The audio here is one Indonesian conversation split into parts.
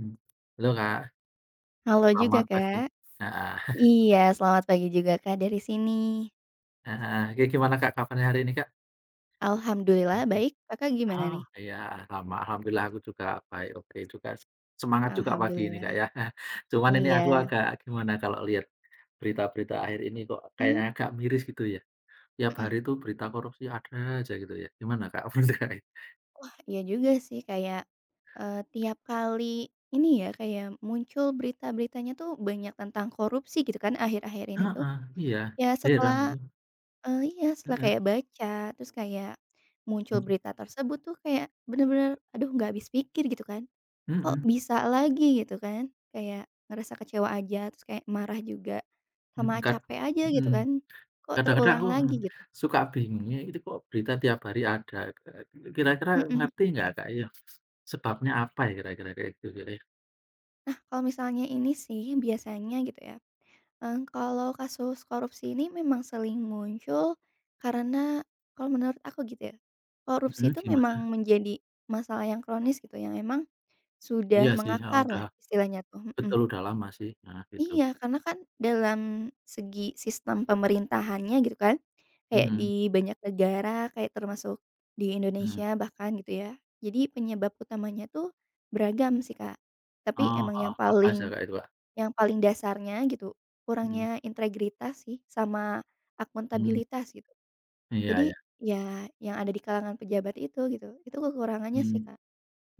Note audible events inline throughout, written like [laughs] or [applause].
Mmm, Halo, Kak, Halo juga, selamat pagi. Kak. Heeh, Iya, selamat pagi juga, Kak, dari sini. heeh, gi gimana, Kak, kabarnya hari ini, Kak? Alhamdulillah Mungkin baik, Kakak gimana oh, nih? iya, sama, alhamdulillah aku juga baik, oke juga, semangat juga pagi ini, Kak, Alhamdulillah, ya. [laughs] Cuman ini aku iya. agak gimana kalau lihat berita-berita akhir ini kok Mmm, kayaknya agak miris gitu ya. Tiap mhm. hari itu berita korupsi ada aja gitu ya. Gimana, Kak, menurut, Kakak, ya? Iya juga sih kayak, tiap kali ini ya, kayak muncul berita-beritanya tuh banyak tentang korupsi gitu kan akhir-akhir ini tuh. Heeh, iya, Ya heran setelah, aku. Iya setelah Heeh, kayak baca, terus kayak muncul mhm, berita tersebut tuh kayak bener-bener aduh nggak habis pikir gitu kan. Kok mhm, bisa lagi gitu kan, kayak ngerasa kecewa aja, terus kayak marah juga, mhm, sama kad capek aja gitu mhm. kan, kok Kadang-kadang terulang aku heeh, lagi gitu. suka bingungnya itu kok berita tiap hari ada, kira-kira Mhm. ngerti nggak Kak ya, sebabnya apa ya kira-kira kayak gitu Kak ya? Nah kalau misalnya ini sih biasanya gitu ya, kalau kasus korupsi ini memang sering muncul karena kalau menurut aku gitu ya, korupsi Mhm, itu memang gimana? menjadi masalah yang kronis gitu, yang emang sudah Iya sih, heeh, mengakar udah lah istilahnya tuh, mhm. betul udah lama sih, heeh, gitu. Iya, karena kan dalam segi sistem pemerintahannya gitu kan, kayak Mhm di banyak negara, kayak termasuk di mhm. Indonesia bahkan gitu ya. Jadi penyebab utamanya tuh beragam sih, Kak. Tapi Oh, emang heeh, apa aja Kak itu Kak? yang paling dasarnya gitu, Mhm kurangnya integritas sih sama mhm, akuntabilitas gitu. iya Jadi iya, ya yang ada di kalangan pejabat itu gitu, itu kekurangannya mhm. sih, Kak.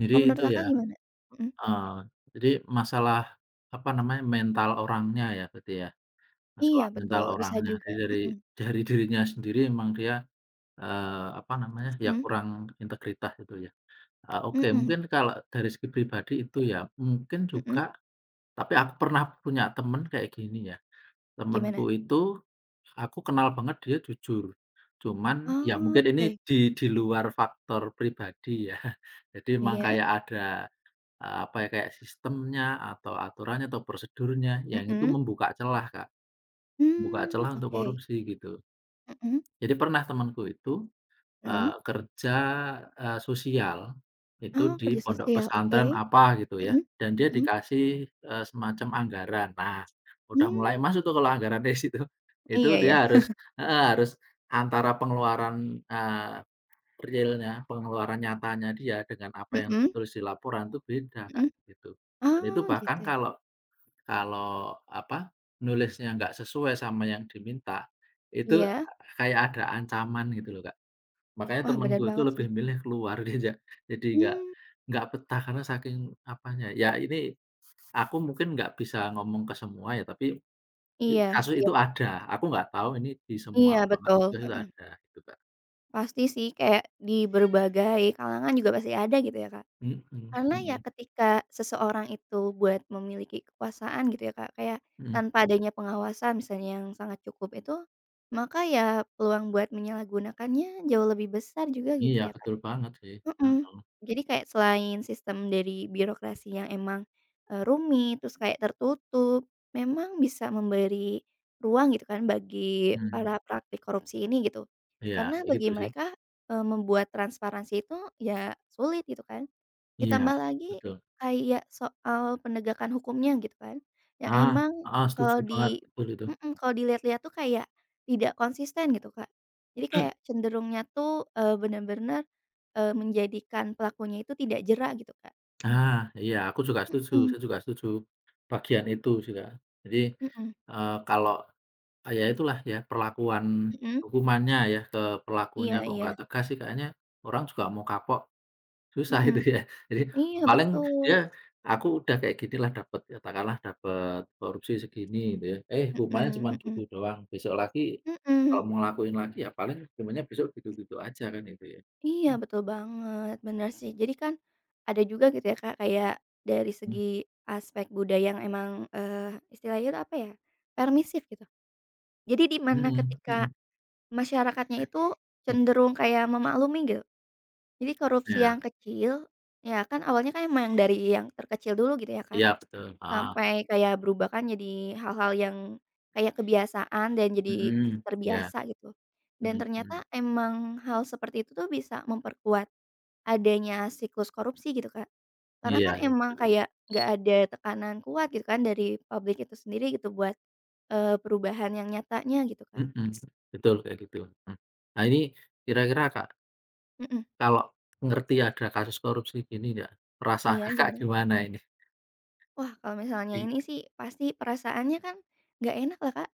Jadi Kalau itu menurut ya Kakak gimana? Mhm. heeh, jadi masalah, apa namanya, mental orangnya ya berarti ya? Iya Masalah mental betul, bisa orangnya, juga. jadi dari Mhm, dari dirinya sendiri emang dia apa namanya, ya mhm, kurang integritas gitu ya. Oke mhm, mungkin kalau dari segi pribadi itu ya, mungkin juga mhm, tapi aku pernah punya temen kayak gini ya, gimana? temenku itu aku kenal banget dia jujur, cuman ya Oh, mungkin ini oke. di luar faktor pribadi ya. [laughs] Jadi emang Iya, kayak ada, apa ya, kayak sistemnya atau aturannya atau prosedurnya yang itu mhm. membuka celah Kak, membuka Mmm, celah untuk oke. korupsi gitu. Mhm, Jadi pernah temenku itu mhm. Kerja, sosial itu Oh, di kerja pondok sosial, oke. pesantren apa gitu ya, Mhm, dan dia mhm. dikasih, semacam anggaran. Nah, udah mulai Mmm, masuk tuh kalau anggaran dari situ. Itu iya ya. dia harus heeh, harus antara pengeluaran, realnya, pengeluaran nyatanya dia dengan apa yang Mhm, tertulis di laporan tuh beda, Kak, mhm. gitu. Dan itu Oh, bahkan gitu. kalau kalau apa, nulisnya nggak sesuai sama yang diminta, itu Iya. kayak ada ancaman gitu loh, Kak. Makanya Wah, bener temenku itu banget sih. lebih milih keluar [laughs] dia ja jadi nggak Mmm, nggak betah karena saking apanya, ya ini aku mungkin nggak bisa ngomong ke semua ya, tapi iya, kasus iya, itu ada, aku nggak tahu ini di semua iya, apa nggak, betul, tapi itu mhm. ada gitu, Kak. Pasti sih kayak di berbagai kalangan juga pasti ada gitu ya, Kak. Mhm Karena ya mhm ketika seseorang itu buat memiliki kekuasaan gitu ya Kak, kayak mhm. tanpa adanya pengawasan misalnya yang sangat cukup itu, maka ya peluang buat menyalahgunakannya jauh lebih besar juga Iya, gitu ya Kak. betul banget sih, Mhm. heeh, Jadi kayak selain sistem dari birokrasi yang emang, rumit terus kayak tertutup, memang bisa memberi ruang gitu kan bagi mmm, para praktik korupsi ini gitu. iya Karena kayak gitu bagi sih. mereka, membuat transparansi itu ya sulit gitu kan. Iya, Ditambah lagi betul. kayak soal penegakan hukumnya gitu kan, yang Ah, emang heeh, setuju kalau banget, di betul itu. mhm, kalau dilihat-lihat tuh kayak tidak konsisten gitu, Kak. Jadi kayak [clears throat] cenderungnya tuh, bener-bener, menjadikan pelakunya itu tidak jera gitu, Kak. Ah, iya aku juga setuju, Mhm, saya juga setuju bagian itu sih, Kak. Jadi, mhm, kalau Ah, ya itulah ya, perlakuan mhm, hukumannya ya, ke pelakunya iya, kok iya, nggak tegas sih kayaknya orang juga mau kapok, susah [laughs] mhm, itu ya. Jadi iya paling betul, dia, aku udah kayak gini lah dapat katakanlah dapat korupsi segini gitu ya, eh hukumannya cuman gitu mhm, doang, besok lagi mhm, kalau mhm. mau ngelakuin lagi ya paling hukumannya besok gitu-gitu aja kan itu ya. Iya betul banget, bener sih. Jadi kan ada juga gitu ya Kak, kayak dari Mmm, segi aspek budaya yang emang, istilahnya itu apa ya, permisif gitu. Jadi di mana mhm mhm, ketika masyarakatnya itu mmm, cenderung kayak memaklumi gitu. Jadi korupsi iya yang kecil, ya kan awalnya kan emang dari yang terkecil dulu gitu ya Kak, iya betul, heeh, sampai kayak berubah kan jadi hal-hal yang kayak kebiasaan dan jadi mhm, iya, terbiasa gitu. Dan mhm ternyata mhm, emang hal seperti itu tuh bisa memperkuat adanya siklus korupsi gitu, Kak. Karena kan iya iya. emang kayak nggak ada tekanan kuat gitu kan dari publik itu sendiri gitu buat, perubahan yang nyatanya gitu, Kak. Mhm, betul kayak gitu, mhm. Nah ini kira-kira Kak, Mhm, kalau ngerti ada kasus korupsi gini nggak, perasaan iya Kakak gimana? gimana ini? Wah, kalau misalnya I ini sih pasti perasaannya kan nggak enak lah, Kak.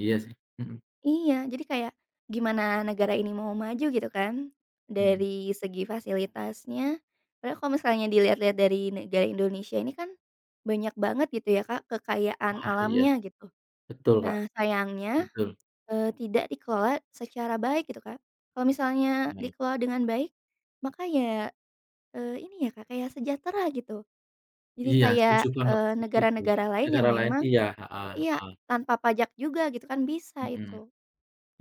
iya sih, mhm, Iya, jadi kayak gimana negara ini mau maju gitu kan, Mhm. dari segi fasilitasnya. Padahal kalau misalnya dilihat-lihat dari negara Indonesia ini kan banyak banget gitu ya, Kak, kekayaan Wah iya, alamnya gitu. betul Kak, Nah, sayangnya, betul, tidak dikelola secara baik gitu, Kak. Kalau misalnya Iya. dikelola dengan baik, maka ya, ini ya, Kak, kayak sejahtera gitu. Jadi Iya kayak, setuju banget aku setuju, negara-negara lain yang negara lain memang iya, heeh iya, heeh, tanpa pajak juga gitu kan bisa Mhm. itu.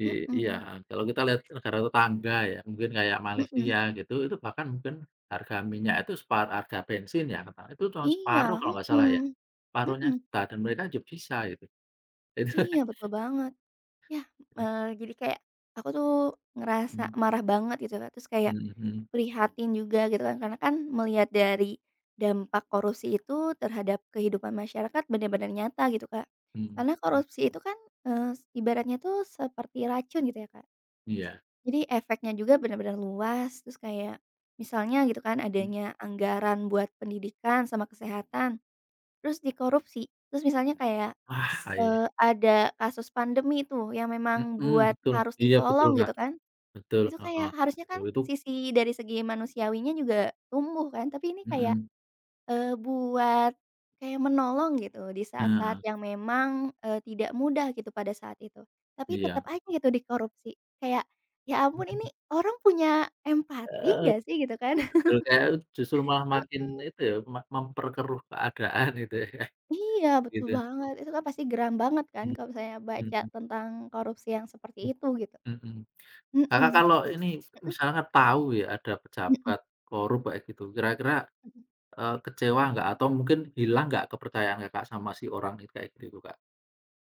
i iya, Mhm, heeh, kalau kita lihat negara tetangga ya mungkin kayak mhm. Malaysia gitu, itu bahkan mungkin harga minyak itu separ harga bensin ya Kakak, itu cuma Iya, separuh kalau nggak salah ya, mhm, separuhnya mhm. kita dan mereka juga bisa gitu, itu Iya, [laughs] betul banget. Ya, jadi kayak aku tuh ngerasa Mmm, marah banget gitu Kak, terus kayak mhm mhm prihatin juga gitu kan, karena kan melihat dari dampak korupsi itu terhadap kehidupan masyarakat benar-benar nyata gitu Kak. mhm Karena mhm, korupsi itu kan, ibaratnya tuh seperti racun gitu ya Kak, iya, jadi efeknya juga benar-benar luas, terus kayak misalnya gitu kan mmm, adanya anggaran buat pendidikan sama kesehatan, terus dikorupsi, terus misalnya kayak wah, iya, ada kasus pandemi tuh yang memang mhm, buat betul, harus iya betul, ditolong Kak, gitu kan, betul, itu heeh, kayak harusnya kan itu sisi dari segi manusiawinya juga tumbuh kan, tapi ini kayak, mhm, buat kayak menolong gitu di heeh, saat-saat yang memang, tidak mudah gitu pada saat itu. Tapi iya, tetap aja gitu dikorupsi, kayak ya ampun ini orang punya empati nggak sih gitu kan? betul, kayak justru malah makin Mhm, itu ya, memperkeruh keadaan [laughs] gitu ya, iya betul gitu, banget, itu kan pasti geram banget kan mhm kalau misalnya baca mhm tentang korupsi yang seperti itu gitu. mhm mhm. Mhm, Kakak mhm, kalau ini misalnya tahu ya ada mhm, pejabat korup kayak gitu, kira-kira, mhm. Kecewa nggak atau mungkin hilang nggak kepercayaan Kakak sama si orang itu kayak gitu, Kak?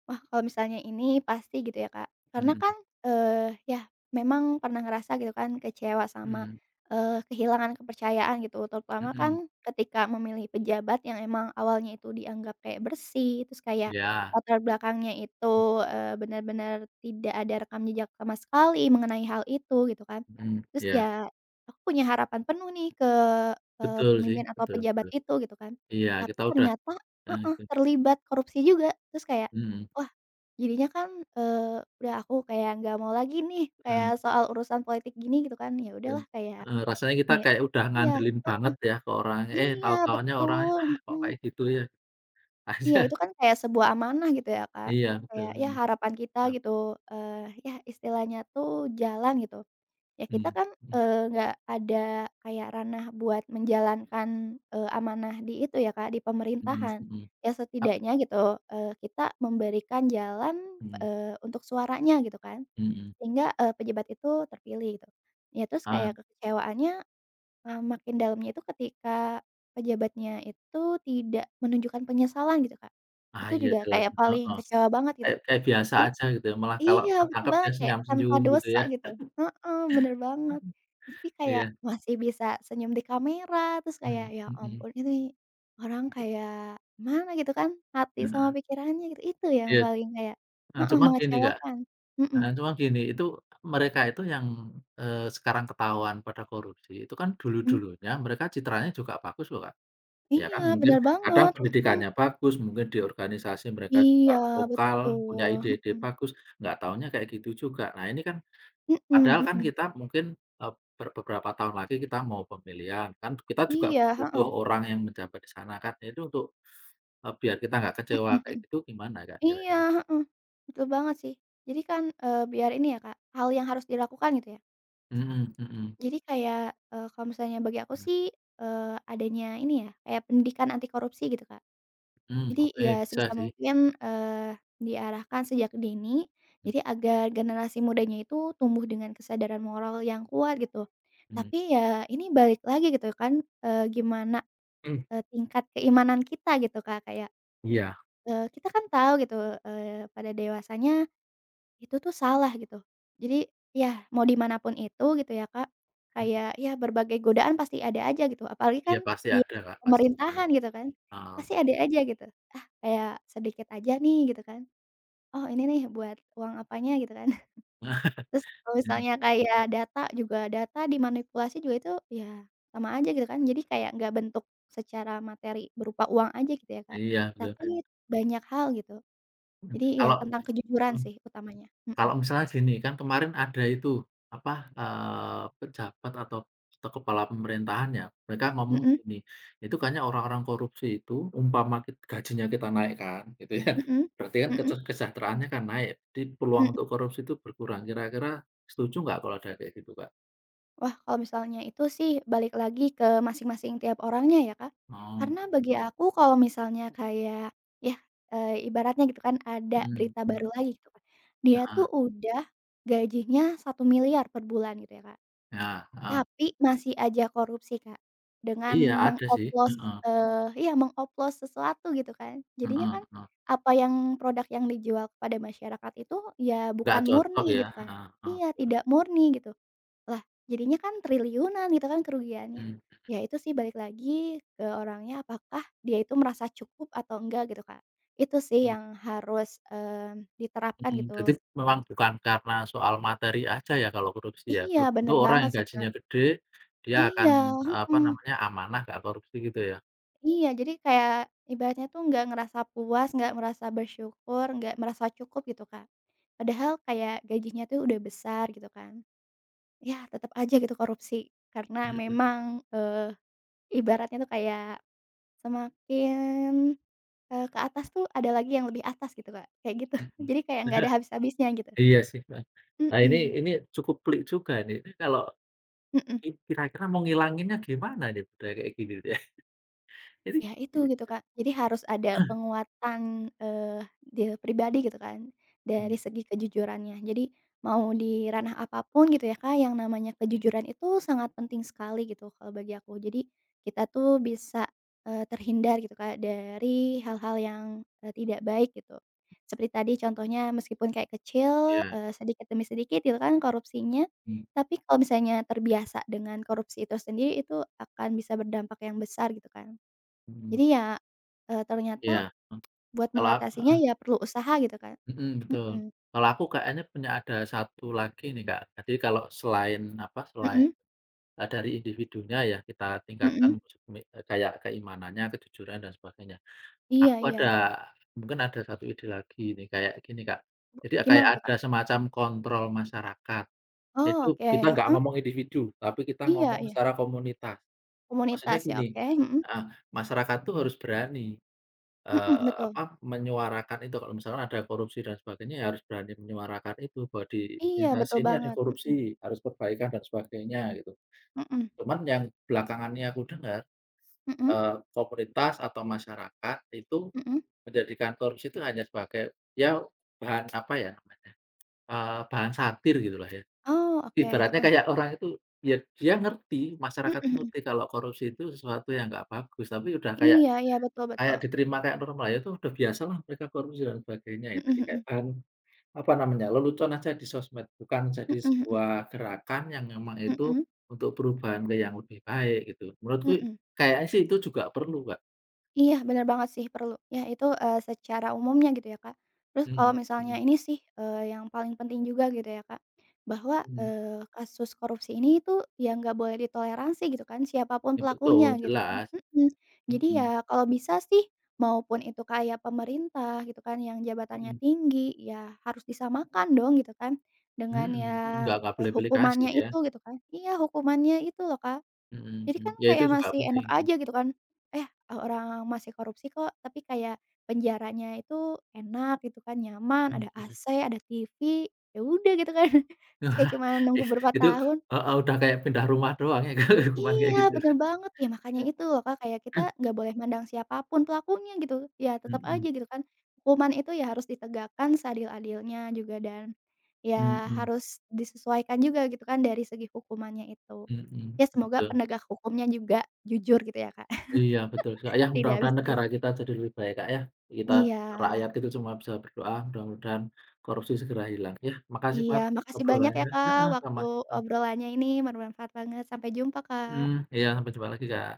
Wah, kalau misalnya ini pasti gitu ya, Kak. Karena kan, Mhm ya memang pernah ngerasa gitu kan kecewa sama, mhm kehilangan kepercayaan gitu, terutama kan mhm. ketika memilih pejabat yang emang awalnya itu dianggap kayak bersih, terus kayak Iya, latar belakangnya itu, benar-benar tidak ada rekam jejak sama sekali mengenai hal itu gitu kan. mhm, Terus iya, ya aku punya harapan penuh nih ke, betul sih, pemimpin atau betul pejabat betul. itu gitu kan, Iya, tapi kita udah ternyata heeh, itu, terlibat korupsi juga. Terus kayak, mhm, oh jadinya kan, eee, udah aku kayak nggak mau lagi nih, heeh kayak soal urusan politik gini gitu kan, ya heeh, udahlah kayak heeh, rasanya kita me kayak udah iya, ngandelin heeh, banget ya ke orangnya, eh iya tahu-tahunya orangnya, betul, ah kok mhm, kayak gitu ya, [laughs] aja iya itu kan kayak sebuah amanah gitu ya, Kak, iya betul, kayak ya mhm, harapan kita ap gitu, eee, ya istilahnya tuh jalan gitu. Ya kita mhm, kan, mhm nggak ada kayak ranah buat menjalankan, amanah di itu ya, Kak, di mhm pemerintahan. mhm, Ya ap setidaknya gitu, kita memberikan jalan, mhm untuk suaranya gitu kan. mhm, Sehingga, pejabat itu terpilih gitu. Ya terus ah kayak kekecewaannya, makin dalamnya itu ketika pejabatnya itu tidak menunjukkan penyesalan gitu, Kak. ah, Itu iya juga jelas, kayak paling heeh, kecewa banget gitu. kayak kayak biasa Jadi aja gitu ya, malah kalau iya betul ketangkep dia banget kayak tanpa senyum-senyum gitu dosa ya, gitu. Heeh, bener banget. Jadi kayak iya, masih bisa senyum di kamera, terus mhm kayak ya mhm, ampun ini orang kayak mana gitu kan, hati sama heeh, pikirannya gitu, itu yang iya, paling kayak heeh, cuman gini Kak mengecewakan. Nah Mhm, cuma gini, itu mereka itu yang, sekarang ketahuan pada korupsi, itu kan mhm. dulu-dulunya mereka citranya juga bagus loh, Kak, ya kan. Iya, Mungkin bener kadang banget, mhm, pendidikannya bagus, mungkin di organisasi mereka juga iya, vokal, punya betul, ide-ide bagus, nggak taunya kayak gitu juga. Nah, ini kan mhm, padahal mhm, kan mhm, kita mungkin, eee, ber beberapa tahun lagi kita mau pemilihan, kan kita juga iya, butuh heeh, orang yang menjabat di sana kan. Itu untuk, biar kita nggak kecewa mhm, kayak mhm, gitu gimana, Kak, iya, kira-kira? heeh, betul banget sih. Jadi kan, biar ini ya, Kak, hal yang harus dilakukan gitu ya. Mhm mhm Jadi kayak, kalau misalnya bagi aku mhm sih, eee, adanya ini ya, kayak pendidikan anti korupsi gitu, Kak. mhm, Jadi oke ya bisa sebisa sih. mungkin, diarahkan sejak dini, jadi agar generasi mudanya itu tumbuh dengan kesadaran moral yang kuat gitu. Mhm, Tapi ya ini balik lagi gitu kan, gimana, mmm, tingkat keimanan kita gitu Kak, kayak, iya, kita kan tahu gitu, pada dewasanya itu tuh salah gitu. Jadi ya mau dimanapun itu gitu ya Kak, mhm, kayak ya berbagai godaan pasti ada aja gitu apalagi iya kan pasti di ada Kak, pasti kan, pemerintahan gitu kan, eee, pasti ada aja gitu. Ah, kayak sedikit aja nih gitu kan, oh ini nih buat uang apanya gitu kan. [laughs] [laughs] Terus kalau misalnya kayak data juga data dimanipulasi juga itu ya sama aja gitu kan. Jadi kayak nggak bentuk secara materi berupa uang aja gitu ya Kak, iya tapi betul. banyak hal gitu. Jadi ya Kalau tentang kejujuran mmm, sih utamanya. Mhm. kalau misalnya gini kan kemarin ada itu, apa, pejabat atau kepala pemerintahan ya, mereka ngomong Mhm. gini, "Itu kayaknya orang-orang korupsi itu umpama gajinya kita naikkan," gitu ya, Mhm, berarti kan mhm, kesejahteraannya kan naik, jadi peluang mhm. untuk korupsi itu berkurang. Kira-kira setuju nggak kalau ada kayak gitu Kak? Wah, kalau misalnya itu sih balik lagi ke masing-masing tiap orangnya ya, Kak. Oh, Karena bagi aku kalau misalnya kayak ya, ibaratnya gitu kan ada mhm, berita mmm, baru lagi gitu kan, dia heeh, tuh udah gajinya 1 miliar per bulan gitu ya, Kak, ya, heeh. tapi masih aja korupsi, Kak, dengan Iya ada sih, mengoplos heeh heeh iya mengoplos sesuatu gitu kan. Mhm. Jadinya kan Heeh, apa yang produk yang dijual kepada masyarakat itu ya nggak bukan cocok murni ya, gitu kan heeh heeh. iya, tidak murni gitu. Lah, jadinya kan triliunan gitu kan kerugiannya. Mhm. Ya itu sih balik lagi ke orangnya apakah dia itu merasa cukup atau enggak gitu, Kak. Itu sih Mhm yang harus, diterapkan mhm, jadi gitu. memang bukan karena soal materi aja ya kalau korupsi ya, Iya belum tentu bener orang banget yang sih, Kak. gajinya gede, dia akan, Iya, apa mhm, namanya, amanah nggak korupsi gitu ya. iya jadi kayak ibaratnya tuh nggak ngerasa puas, nggak merasa bersyukur, nggak merasa cukup gitu, Kak. Padahal kayak gajinya tuh udah besar gitu kan. Ya tetep aja gitu korupsi Mhm karena mhm. memang, ibaratnya tuh kayak semakin, ke atas tuh ada lagi yang lebih atas gitu, Kak, kayak gitu. Mhm. [laughs] Jadi kayak nggak ada [laughs] habis-habisnya gitu. Iya sih, Mbak. Nah Mhm, ini cukup pelik juga nih, ini kalau mhm. Kira-kira mau ngilanginnya gimana nih budaya kayak gini nih [laughs] ya? Ini Ya ini itu gitu, Kak. Jadi harus ada penguatan, dia pribadi gitu kan, mhm, dari segi kejujurannya. Jadi mau di ranah apapun gitu ya, Kak, yang namanya kejujuran itu sangat penting sekali gitu kalau bagi aku. Jadi kita tuh bisa, terhindar gitu, Kak, dari hal-hal yang, tidak baik gitu. Seperti tadi contohnya meskipun kayak kecil, iya, sedikit demi sedikit gitu kan korupsinya, mhm tapi kalau misalnya terbiasa dengan korupsi itu sendiri, itu akan bisa berdampak yang besar gitu kan. mhm, Jadi ya, iya, ternyata heeh, buat kalau ak mengatasinya ya perlu usaha gitu kan. Mhm, betul. Mhm, Kalau aku kayaknya punya ada satu lagi nih, Kak. Jadi kalau selain apa, selain, mhm, dari individunya ya kita tingkatkan mhm, kayak keimanannya, kejujuran dan sebagainya. iya, Aku ada iya. Mungkin ada satu ide lagi nih, kayak gini, Kak. Jadi kayak Gimana tuh, ada Kak? semacam kontrol masyarakat. Oh Itu oke, kita nggak heeh, ngomong individu, tapi kita iya, ngomong iya, secara komunitas. Maksudnya komunitas ya, gini oke, mhm, heeh, masyarakat tuh harus berani. mhm, betul. Apa, menyuarakan itu, kalau misalkan ada korupsi dan sebagainya, ya harus berani menyuarakan itu, bahwa di Iya instansi betul ini ada banget, mhm, korupsi, harus perbaikan dan sebagainya, gitu. mhm, Cuman yang belakangan ini aku dengar, mhm, komunitas atau masyarakat itu mhm. menjadikan korupsi itu hanya sebagai, ya bahan, apa ya namanya, bahan satir gitulah ya. Oh oke, Ibaratnya heeh, kayak orang itu, ya dia ngerti, mhm, masyarakat itu mhm. ngerti kalau korupsi itu sesuatu yang nggak bagus, tapi udah kayak Iya, iya, betul, Kayak betul, diterima kayak normal, ya itu udah biasalah mereka korupsi dan sebagainya ya. mhm, Jadi kayak mhm, bahan, apa namanya, lelucon aja di sosmed, bukan jadi mhm, mhm, sebuah gerakan yang memang itu untuk perubahan ke yang lebih baik gitu. mhm, Menurutku mhm. kayaknya sih itu juga perlu, Kak. Iya, bener banget sih, perlu. Ya itu, secara umumnya gitu ya, Kak. Terus kalau Mhm misalnya mhm ini sih, yang paling penting juga gitu ya, Kak, bahwa, mhm. Kasus korupsi ini itu ya nggak boleh ditoleransi gitu kan, siapapun Ya betul, pelakunya gitu kan. jelas. Mhm. Jadi Mhm ya kalau bisa sih, maupun itu kayak pemerintah gitu kan yang jabatannya mhm tinggi, ya harus disamakan dong gitu kan, mhm dengan mhm, yang, nggak pilih-pilih kasih hukumannya ya. itu gitu kan iya, hukumannya itu loh, Kak. Mhm Jadi mhm. kan Ya itu kayak juga masih penting, enak mhm aja gitu kan, eh, orang masih korupsi kok, tapi kayak penjaranya itu enak gitu kan, nyaman, mhm ada mhm. AC, ada TV, ya udah gitu kan. [laughs] Terus kayak [laughs] cuma nunggu It berapa itu tahun heeh, udah kayak pindah rumah doang ya, [laughs] Kak, hukuman kayak iya, gitu. bener banget. Ya makanya itu loh Kak, kayak kita nggak boleh mandang siapapun pelakunya gitu, ya tetap aja Mhm gitu kan, hukuman itu ya harus ditegakkan seadil-adilnya juga dan ya mhm. harus disesuaikan juga gitu kan dari segi hukumannya itu. Mhm, Ya semoga betul. penegak hukumnya juga jujur gitu ya, Kak. Iya, betul sekali. Ya, Tidak mudah-mudahan bisa dis negara kita jadi lebih baik, Kak, ya. Kita iya, rakyat itu cuma bisa berdoa, mudah-mudahan korupsi segera hilang. Ya, makasih iya, banget makasih banyak obrolannya. ya, Kak, Heeh, waktu sama-sama. obrolannya ini bermanfaat banget. Sampai jumpa, Kak. Mhm, iya, sampai jumpa lagi, Kak.